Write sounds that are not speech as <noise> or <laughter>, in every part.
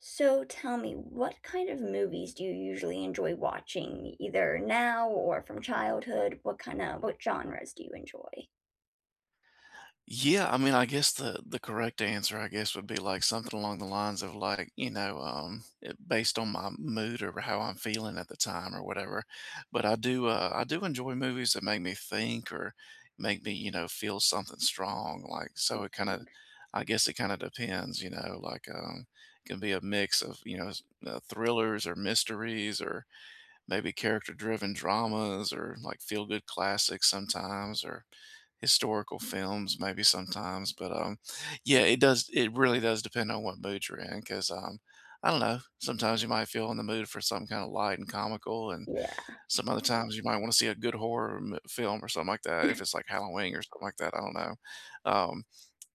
So tell me, what kind of movies do you usually enjoy watching, either now or from childhood? What kind of what genres do you enjoy? Yeah, I mean, I guess the correct answer, I guess, would be like something along the lines of like, based on my mood or how I'm feeling at the time or whatever. But I do enjoy movies that make me think or make me, feel something strong. Like, so Interesting. I guess it kind of depends, it can be a mix of, thrillers or mysteries or maybe character driven dramas or like feel good classics sometimes or historical films maybe sometimes, but yeah it does, it really does depend on what mood you're in, because I don't know, sometimes you might feel in the mood for some kind of light and comical, and Yeah. some other times you might want to see a good horror film or something like that, if it's like Halloween or something like that, I don't know. um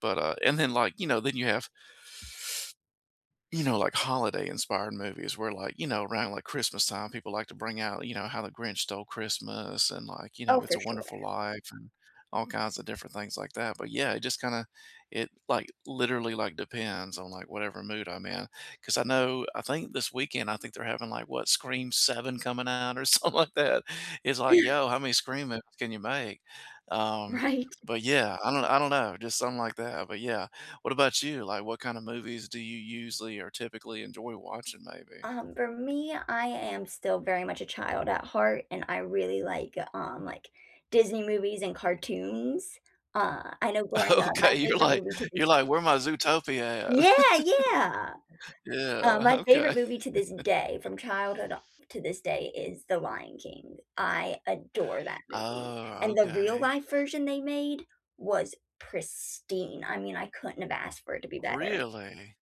but uh and then like, then you have, like holiday inspired movies where like, around like Christmas time, people like to bring out, How the Grinch Stole Christmas and like, Oh, It's for a sure. Wonderful <laughs> Life, and all kinds of different things like that. But yeah, it just kind of, it like literally like depends on like whatever mood I'm in. Cause I know, I think this weekend, I think they're having like what, Scream 7 coming out or <laughs> something like that. It's like, yo, how many Scream movies can you make? Um, Right. but yeah, I don't know, just something like that. But yeah, what about you? Like, what kind of movies do you usually or typically enjoy watching maybe? For me, I am still very much a child at heart, and I really like Disney movies and cartoons. I know <laughs> growing up, my Okay, favorite movie to this. you're like, "Where my Zootopia Yeah, at?" yeah. <laughs> Yeah, My okay. favorite movie to this day, from childhood up to this day, is The Lion King. I adore that movie, Oh, and the real okay. life version they made was pristine. I mean, I couldn't have asked for it to be better. Really?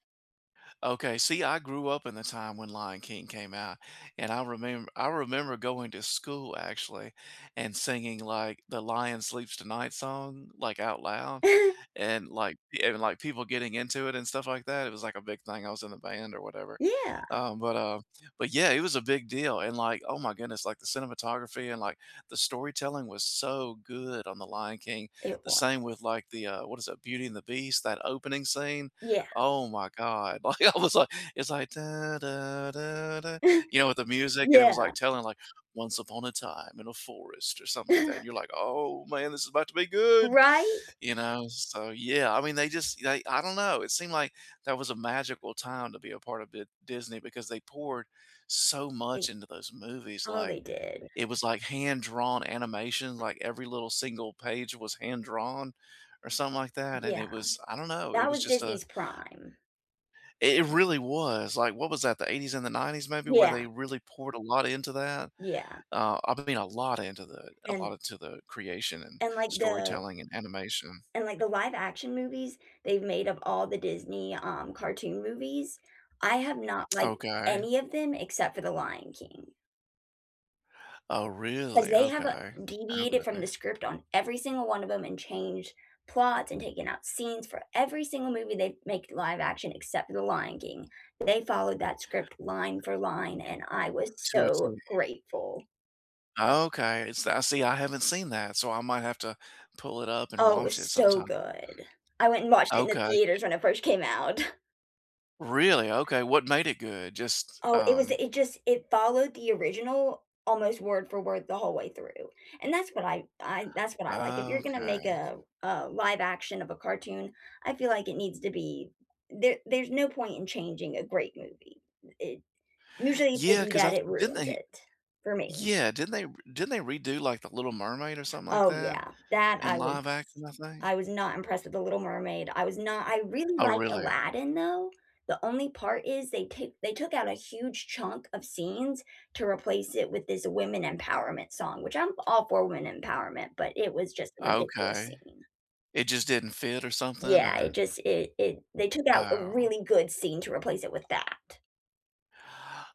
Okay, see, I grew up in the time when Lion King came out, and I remember going to school actually and singing like the Lion Sleeps Tonight song like out loud <laughs> and like and like people getting into it and stuff like that. It was like a big thing. I was in the band or whatever. Yeah, But but yeah, it was a big deal and like, oh my goodness, like the cinematography and like the storytelling was so good on the Lion King. it The was. same with like the what is it, Beauty and the Beast, that opening scene. Yeah. Oh my god. <laughs> Like, I was like, it's like da, da, da, da, <laughs> you know, with the music, and it was, Yeah. like, telling, like, "Once upon a time in a forest," or something like that, and you're <laughs> like, "Oh, man, this is about to be good," Right? you know? So, yeah, I mean, they I don't know, it seemed like that was a magical time to be a part of Di Disney because they poured so much They into those movies, oh, like, they did. it was, like, hand-drawn animation, like, every little single page was hand-drawn or something like that, and it Yeah. was, I don't know, it That was was just a, Disney's prime. it really was, like, what was that, the '80s and the '90s maybe, where Yeah, they really poured a lot into that? yeah, I mean, a lot into the, and creation and and, like, the storytelling and animation. and, like, the live action movies they've made of all the Disney, cartoon movies, I have not liked Okay. any of them except for The Lion King Oh, because really? they have, Okay. deviated from Okay. the script on every single one of them and changed plots and taken out scenes for every single movie they make live action except for The Lion King. They followed that script line for line, and I was To a T. so grateful. Okay, it's, I see, I haven't seen that, so I might have to pull it up and Oh, it watch was it so sometime. good. I went and watched it in the Okay. theaters when it first came out. Really? Okay, what made it good? Just, Oh, it was um, it just it followed the original almost word for word the whole way through, and that's what I that's what I like. If you're gonna make okay. a live action of a cartoon, I feel like it needs to be there's no point in changing a great movie. It usually, if they Yeah, do because that, I it didn't ruins they it for me. yeah, didn't they redo, like, The Little Mermaid or something like Oh, that yeah. That in live action, I think? I was not impressed with The Little Mermaid. I was not I really Oh, liked really? Aladdin, though. The only part is they took out a huge chunk of scenes to replace it with this women empowerment song, which I'm all for women empowerment, but it was just a ridiculous Okay. scene. It just didn't fit or something, Yeah, it or, just it it they took out a oh. really good scene to replace it with that.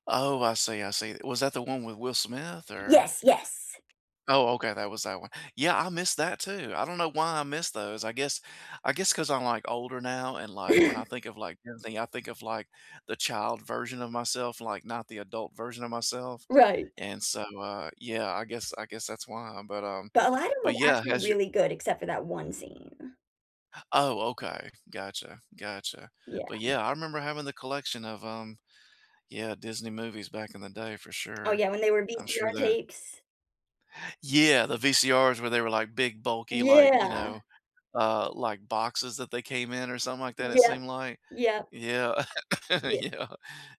Oh, I see, I see. Was that the one with Will Smith or, Yes, yes. oh, okay, that was that one. Yeah, I missed that too. I don't know why I missed those. I guess, because 'cause I'm, like, older now, and, like, when I <laughs> think of, like, Disney, I think of, like, the child version of myself, like, not the adult version of myself, Right. and so, yeah, I guess that's why, But Aladdin but was yeah, actually has your, really good except for that one scene. oh, okay, gotcha, Yeah. but yeah, I remember having the collection of, yeah, Disney movies back in the day for Oh, sure. yeah, when they were I'm sure VCR that, tapes. yeah, the VCRs where they were, like, big, bulky, like, you Yeah. know, like, boxes that they came in or something like that, it Yep, seemed like. yep, Yeah. <laughs> yeah. Yeah,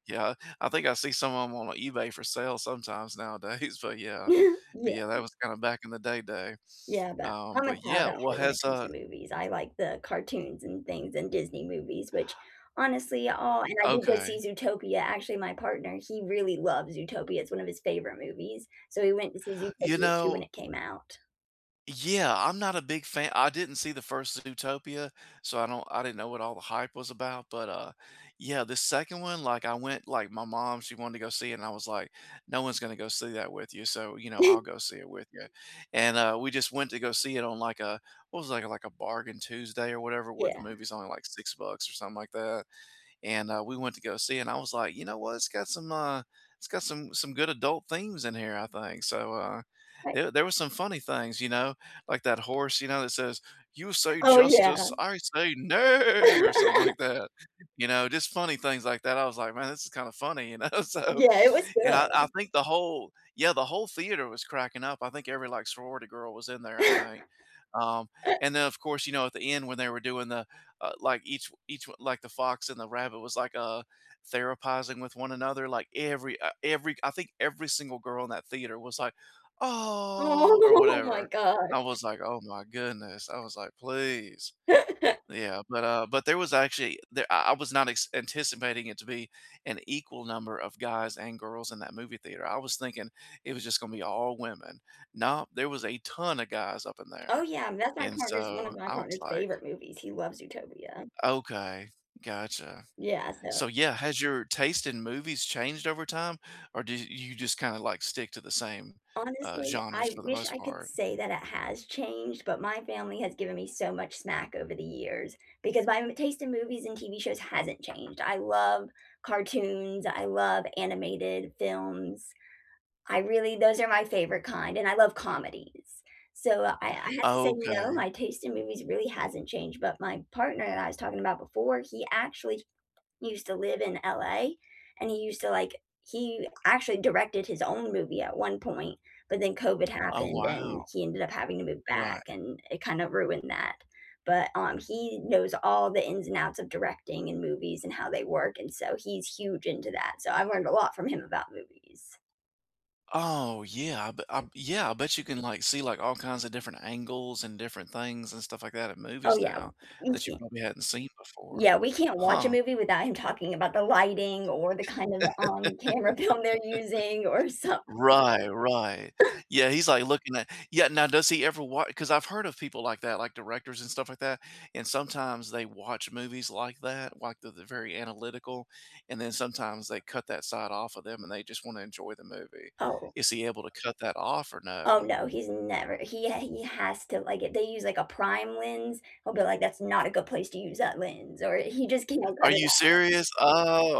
yeah. I think I see some of them on eBay for sale sometimes nowadays, <laughs> but yeah. <laughs> But, Yeah, yeah, that was kinda back in the day day. yeah, but I'm a But, yeah, child at what heart when it has, comes uh, to movies. I like the cartoons and things and Disney movies, which honestly, all and I did go see okay. Zootopia. Actually, my partner, he really loves Zootopia. It's one of his favorite movies, so we went to see You Zootopia 2 know, when it came out. yeah, I'm not a big fan. I didn't see the first Zootopia, so I didn't know what all the hype was about, but yeah, the second one, like I went, like my mom, she wanted to go see it, and I was like, no one's going to go see that with you, so, you know, I'll <laughs> go see it with you. And uh, we just went to go see it on like a, what was it, like a bargain Tuesday or whatever, where the Yeah, movie's only like $6 or something like that, and we went to go see it, and I was like, you know what? It's got some it's got some good adult themes in here, I think. So right. There was some funny things, you know, like that horse, you know, that says, "You say Oh, yeah. justice, I say nay," or something like <laughs> that. You know, just funny things like that. I was like, man, this is kind of funny, you know. <laughs> So, Yeah, it was and I good. think the whole, yeah, the whole theater was cracking up, I think every like sorority girl was in there I think. <laughs> um, and then of course, you know, at the end when they were doing the each like, the fox and the rabbit was like, therapizing with one another, like every every, I think every single girl in that theater was like, oh, or Oh my whatever. I gosh. was like, oh my goodness, I was like, please. <laughs> Yeah, but there was actually, there I was not anticipating it to be an equal number of guys and girls in that movie theater. I was thinking it was just going to be all women. No, there was a ton of guys up in Oh, there, yeah, that's my and partner's one so of my I was partner's like, favorite movies, he loves Utopia. okay, gotcha. Yeah, so, So yeah, has your taste in movies changed over time, or do you just kind of like stick to the same honestly, genres I for the wish most I could part? say that it has changed, but my family has given me so much smack over the years because my m taste in movies and TV shows hasn't changed. I love cartoons, I love animated films, I really those are my favorite kind, and I love comedies. So, I had to say, "No, Okay. my taste in movies really hasn't changed," but my partner that I was talking about before, he used to live in LA, and he used to, like he actually directed his own movie at one point, but then COVID Oh happened, wow. and he ended up having to move Right. back, and it kind of ruined that. But, he knows all the ins and outs of directing and movies and how they work, and so he's huge into that, so I've learned a lot from him about movies. Oh yeah. Yeah. I bet you can like see like all kinds of different angles and different things and stuff like that in Oh, movies yeah. now, We that you can't probably hadn't seen before. yeah, we can't watch a Huh. movie without him talking about the lighting or the kind of, camera <laughs> film they're using or some Right, right. Yeah, he's, like, looking at, yeah, now does he ever watch? Because 'cause I've heard of people like that, like directors and stuff like that, and sometimes they watch movies like that, like, they're very analytical, and then sometimes they cut that side off of them and they just wanna enjoy the movie. oh. Is he able to cut that off or Oh, no? no, he's never he he has to, like, if they use, like, a prime lens, he'll be like, "That's not a good place to use that lens," or he just can't Are cut it you off. serious?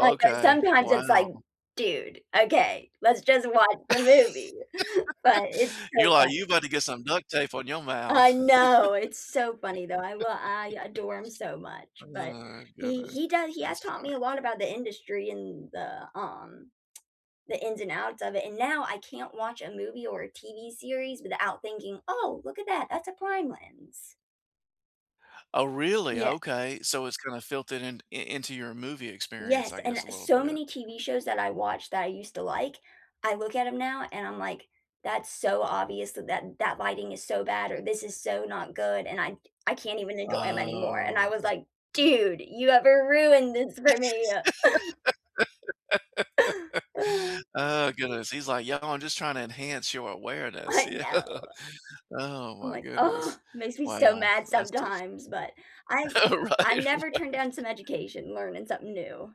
I know okay. sometimes it's Wow. like, "Dude, okay, let's just watch the movie," <laughs> but it's You're so like, funny. "You about to get some duct tape on your I mouth." <laughs> know, it's so funny, though, I will. I adore him so much, but Oh, goodness. He has That's taught me funny. a lot about the industry and the, ins and outs of it, and now I can't watch a movie or a TV series without thinking, "Oh, look at that, that's a crime lens." Oh, really? Yeah. Okay, so it's kinda filtered in I into your movie experience, Yes, I and guess, a little so bit. many TV shows that I watched that I used to like, I look at them now and I'm like, "That's so obvious that that lighting is so bad," or, "This is so not good," and I can't even enjoy them anymore, and I Oh. was like, "Dude, you ever ruined this for me." <laughs> Oh, goodness, he's like, "Yo, I'm just trying to enhance your awareness." I Yeah. know. <laughs> Oh I'm my like, goodness. "Ugh," makes me so Wow, mad that's too sometimes, but I fu, <laughs> I've never turned right. down some education, learning something new.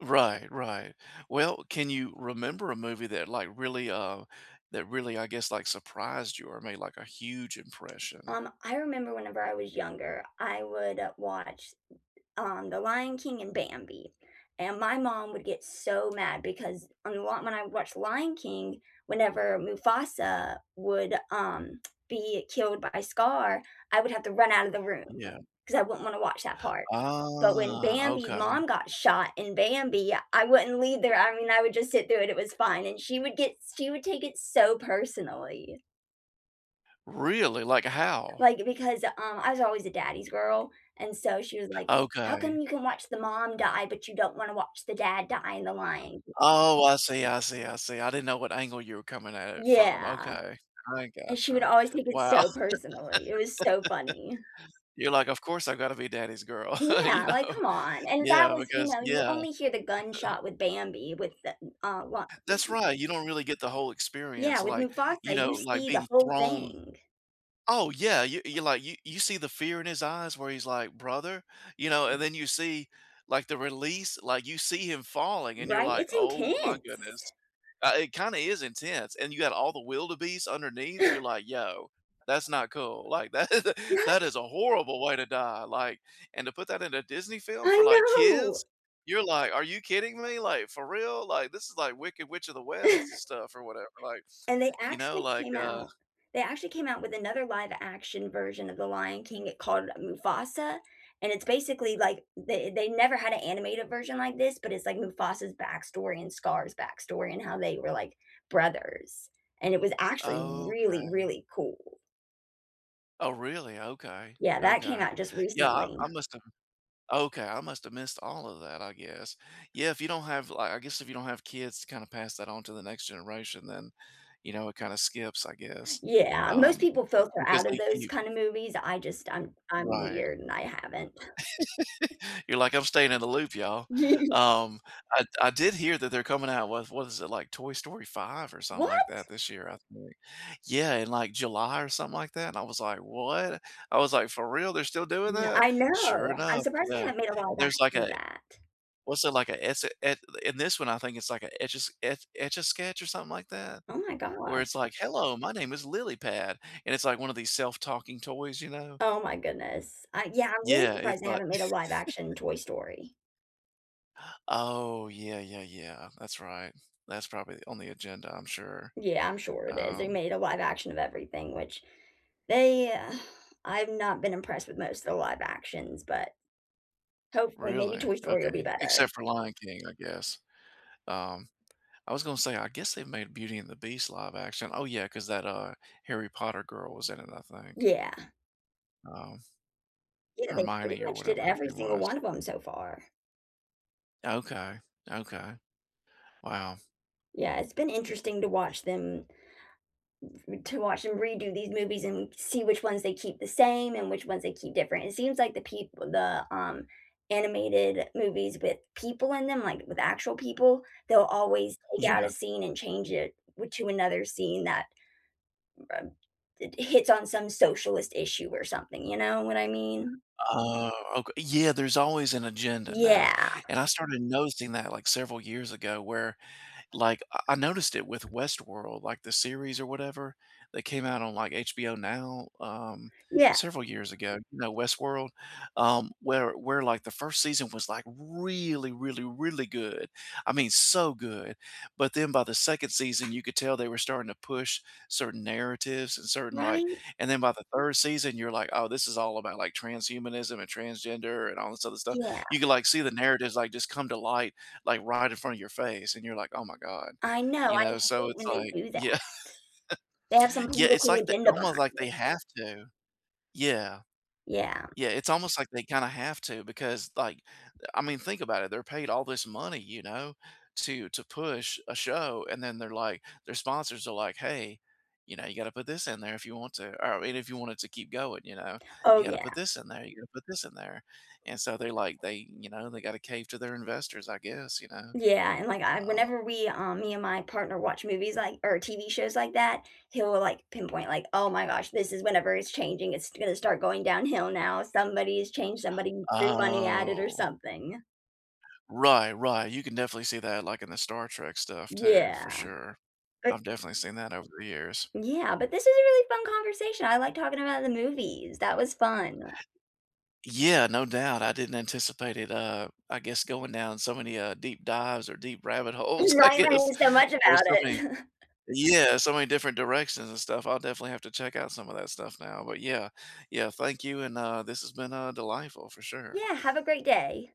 Right, right. Well, can you remember a movie that, like, really, that really, I guess, like, surprised you or made, like, a huge impression? I remember whenever I was younger, I would, watch The Lion King and Bambi, and my mom would get so mad because on the lot when I watched Lion King, whenever Mufasa would, be killed by Scar, I would have to run out of the room Yeah. because I wouldn't wanna watch that part. But when Ah, Bambi's okay. mom got shot in Bambi, I wouldn't leave there, I mean, I would just sit through it, it was fine, and she would take it so personally. Really? Like, how? Like, because, I was always a daddy's girl, and so she was like, "How Okay. come you can watch the mom die, but you don't wanna watch the dad die in the line?" Oh, I see. I didn't know what angle you were coming at it from. Yeah, Okay, I and she would gotcha. always take it Wow. so personally, it was so funny. <laughs> You're like, "Of course, I've gotta be daddy's girl," <laughs> you Yeah, like, know? come on, and that Yeah, was you because know, you yeah. only hear the gunshot with Bambi, with the, what That's right, you don't really get the whole experience, yeah, with like, you Mufasa, know, you like see the being whole thrown. thing, Oh yeah, you, you see the fear in his eyes where he's like, "Brother," you know, and then you see like the release, like you see him falling, and you're right? like, It's "Oh my intense. goodness," it kind of is intense, and you got all the wildebeest underneath. You're <gasps> <laughs> like, "Yo, that's not cool." Like that <laughs> that Right? is a horrible way to die. Like, and to put that in a Disney film I for like know. kids, you're like, "Are you kidding me?" Like for real? Like this is like Wicked Witch of the West <laughs> stuff or whatever. Like, And you know, like uh, they actually came out with another live action version of The Lion King It called Mufasa, and it's basically like they never had an animated version like this, but it's like Mufasa's backstory and Scar's backstory and how they were like brothers, and it was actually really, okay. really cool. Oh, really? Okay, Yeah, that came okay. out just Yeah, recently. I must have okay, I must have missed all of that, I guess. Yeah, if you don't have like, I guess if you don't have kids to kinda pass that on to the next generation, then, you know, it kinda skips, I guess, Yeah, most um, people filter because out of they those keep kind of movies. I just I'm right. weird and I haven't. You're like, "I'm staying in the loop, y'all." <laughs> Um, I did hear that they're coming out with what is it, like Toy Story 5 or something like What? that this year, I think. Yeah, in, like, July or something like that, and I was like, "What?" I was like, "For real? They're still doing N that?" I Sure know. I'm enough, surprised they yeah. haven't made a And live there's like action of a that. what's it, like a it's it in this one, I think it's like a Etch a Sketch or something like that, Oh my where gosh. it's like, "Hello, my name is Lily Pad," and it's like one of these self-talking toys, Oh my goodness. I yeah, I'm really Yeah, it's surprised they like haven't made a live action Toy Story. oh, yeah, yeah, yeah. That's right. That's probably on the agenda, I'm sure. Yeah, I'm sure it is. They Um, made a live action of everything, which they I've not been impressed with most of the live actions, but hopefully maybe really? Toy Story will be Okay. better. Except for Lion King, I guess. Um, I was gonna say, I guess they made Beauty and the Beast live action. Oh yeah, 'cause that, Harry Potter girl was in it, I think. Yeah. Um, Yeah, they pretty Hermione or much whatever did her every name single was. one of them so far. Okay, okay. Wow. Yeah, it's been interesting to watch them redo these movies and see which ones they keep the same and which ones they keep different. It seems like the animated movies with people in them, like, with actual people, they'll always take out Yeah. a scene and change it with to another scene that, um, it hits on some socialist issue or something, you know what I mean? Oh, okay. Yeah, there's always an agenda now, Yeah. and I started noticing that, like, several years ago where like I noticed it with Westworld, like the series or whatever that came out on, like, HBO Now, Yeah. several years ago, you know, Westworld, where, like, the 1st season was, like, really, really, really good. I mean, so good, but then by the 2nd season, you could tell they were starting to push certain narratives and certain, like Right? and then by the 3rd season, you're like, "Oh, this is all about, like, transhumanism and transgender and all this other stuff." Yeah. You could, like, see the narratives, like, just come to light like, right in front of your face, and you're like, "Oh my god." I know, You I know, so hate it's when they like do that. yeah. <laughs> They have some Yeah, it's political like they agenda almost like behind. they have to. Yeah. Yeah. Yeah, it's almost like they kinda have to because, like, I mean, think about it, they're paid all this money, you know, to push a show, and then they're like their sponsors are like, "Hey, you know, you gotta put this in there if you want to, or I mean, if you want it to keep going, you know, Oh, you gotta yeah. put this in there, you gotta put this in there." And so they're like they you know, they gotta cave to their investors, I guess, Yeah, and, like, I Um whenever we, me and my partner watch movies like or TV shows like that, he'll, like, pinpoint, like, "Oh my gosh, this is whenever it's changing, it's gonna start going downhill now, somebody's changed, somebody threw money at it or Oh. something." Right, right, you can definitely see that, like, in the Star Trek stuff too, for Yeah, sure. but I've definitely seen that over the years. yeah, but this was a really fun conversation, I like talking about the movies, that was fun. <laughs> Yeah, no doubt, I didn't anticipate it, I guess, going down so many, deep dives or deep rabbit holes, <laughs> I Right, guess. learning so much You know, about so many it. <laughs> Yeah, so many different directions and stuff, I'll definitely have to check out some of that stuff now, but yeah. Yeah, thank you, and, this has been, delightful for sure. Yeah, have a great day.